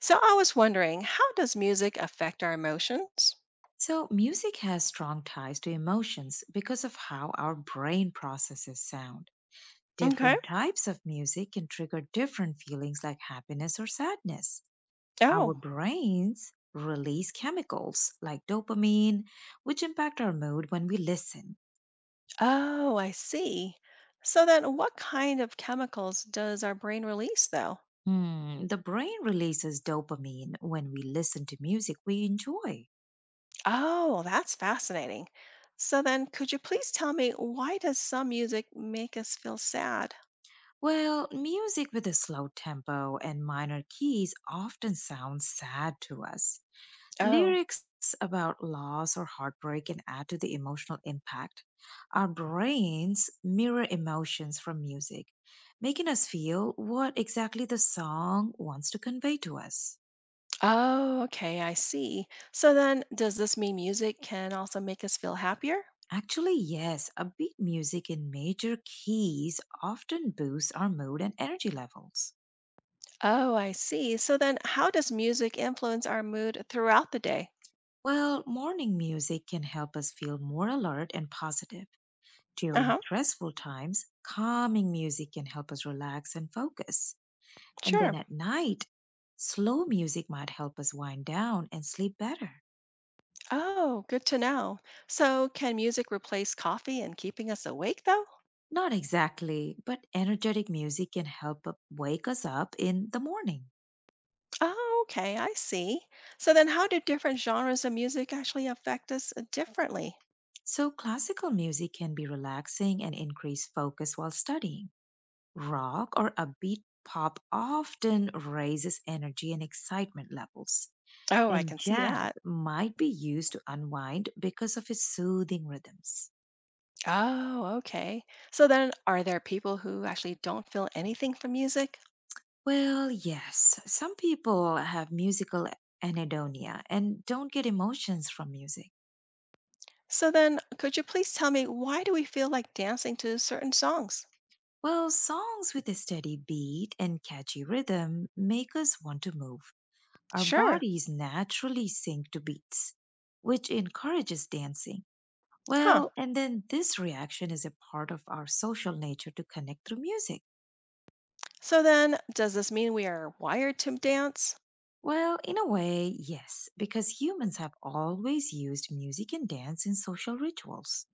So I was wondering, how does music affect our emotions? So, music has strong ties to emotions because of how our brain processes sound. Okay. Different types of music can trigger different feelings like happiness or sadness. Our Oh, brains release chemicals like dopamine, which impact our mood when we listen. oh, I see. So then what kind of chemicals does our brain release though? The brain releases dopamine when we listen to music we enjoy. Oh, that's fascinating. So then could you please tell me, why does some music make us feel sad? Well, music with a slow tempo and minor keys often sounds sad to us. Oh. Lyrics about loss or heartbreak can add to the emotional impact. Our brains mirror emotions from music, making us feel what exactly the song wants to convey to us. Oh, okay, I see. So then does this mean music can also make us feel happier? Actually, yes, upbeat music in major keys often boosts our mood and energy levels. Oh, I see. So then how does music influence our mood throughout the day? Well, morning music can help us feel more alert and positive. During Uh-huh. stressful times, calming music can help us relax and focus. And then Sure. at night, slow music might help us wind down and sleep better. Oh, good to know. So, can music replace coffee in keeping us awake, though? Not exactly, but energetic music can help wake us up in the morning. Oh, okay, I see. So then how do different genres of music actually affect us differently? So, classical music can be relaxing and increase focus while studying. Rock or upbeat pop often raises energy and excitement levels. Oh, I And can see jazz that. might be used to unwind because of its soothing rhythms. Oh, okay. So then are there people who actually don't feel anything from music? Well, yes. Some people have musical anhedonia and don't get emotions from music. So then could you please tell me, why do we feel like dancing to certain songs? Well, songs with a steady beat and catchy rhythm make us want to move. Our Sure. bodies naturally sync to beats, which encourages dancing. Huh. Well, and then this reaction is a part of our social nature to connect through music. So then does this mean we are wired to dance? Well, in a way, yes, because humans have always used music and dance in social rituals.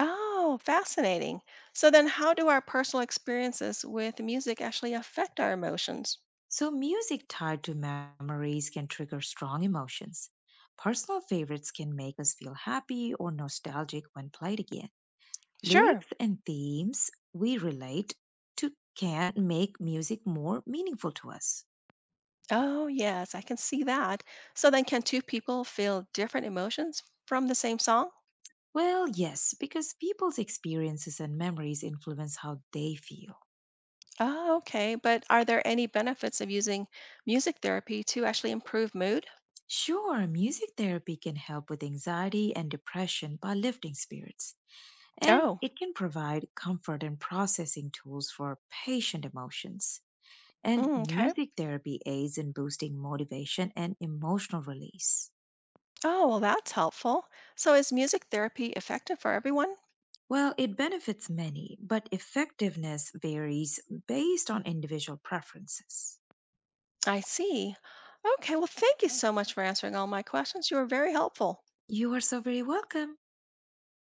Oh, fascinating. So then how do our personal experiences with music actually affect our emotions? So, music tied to memories can trigger strong emotions. Personal favorites can make us feel happy or nostalgic when played again. Sure. Lyrics and themes we relate to can make music more meaningful to us. Oh, yes, I can see that. So then can two people feel different emotions from the same song? Well, yes, because people's experiences and memories influence how they feel. Oh, okay. But are there any benefits of using music therapy to actually improve mood? Sure, music therapy can help with anxiety and depression by lifting spirits, and Oh, it can provide comfort and processing tools for patient emotions. And okay. music therapy aids in boosting motivation and emotional release. Oh, well, that's helpful. So is music therapy effective for everyone? Well, it benefits many, but effectiveness varies based on individual preferences. I see. Okay, well, thank you so much for answering all my questions. You were very helpful. You are so very welcome.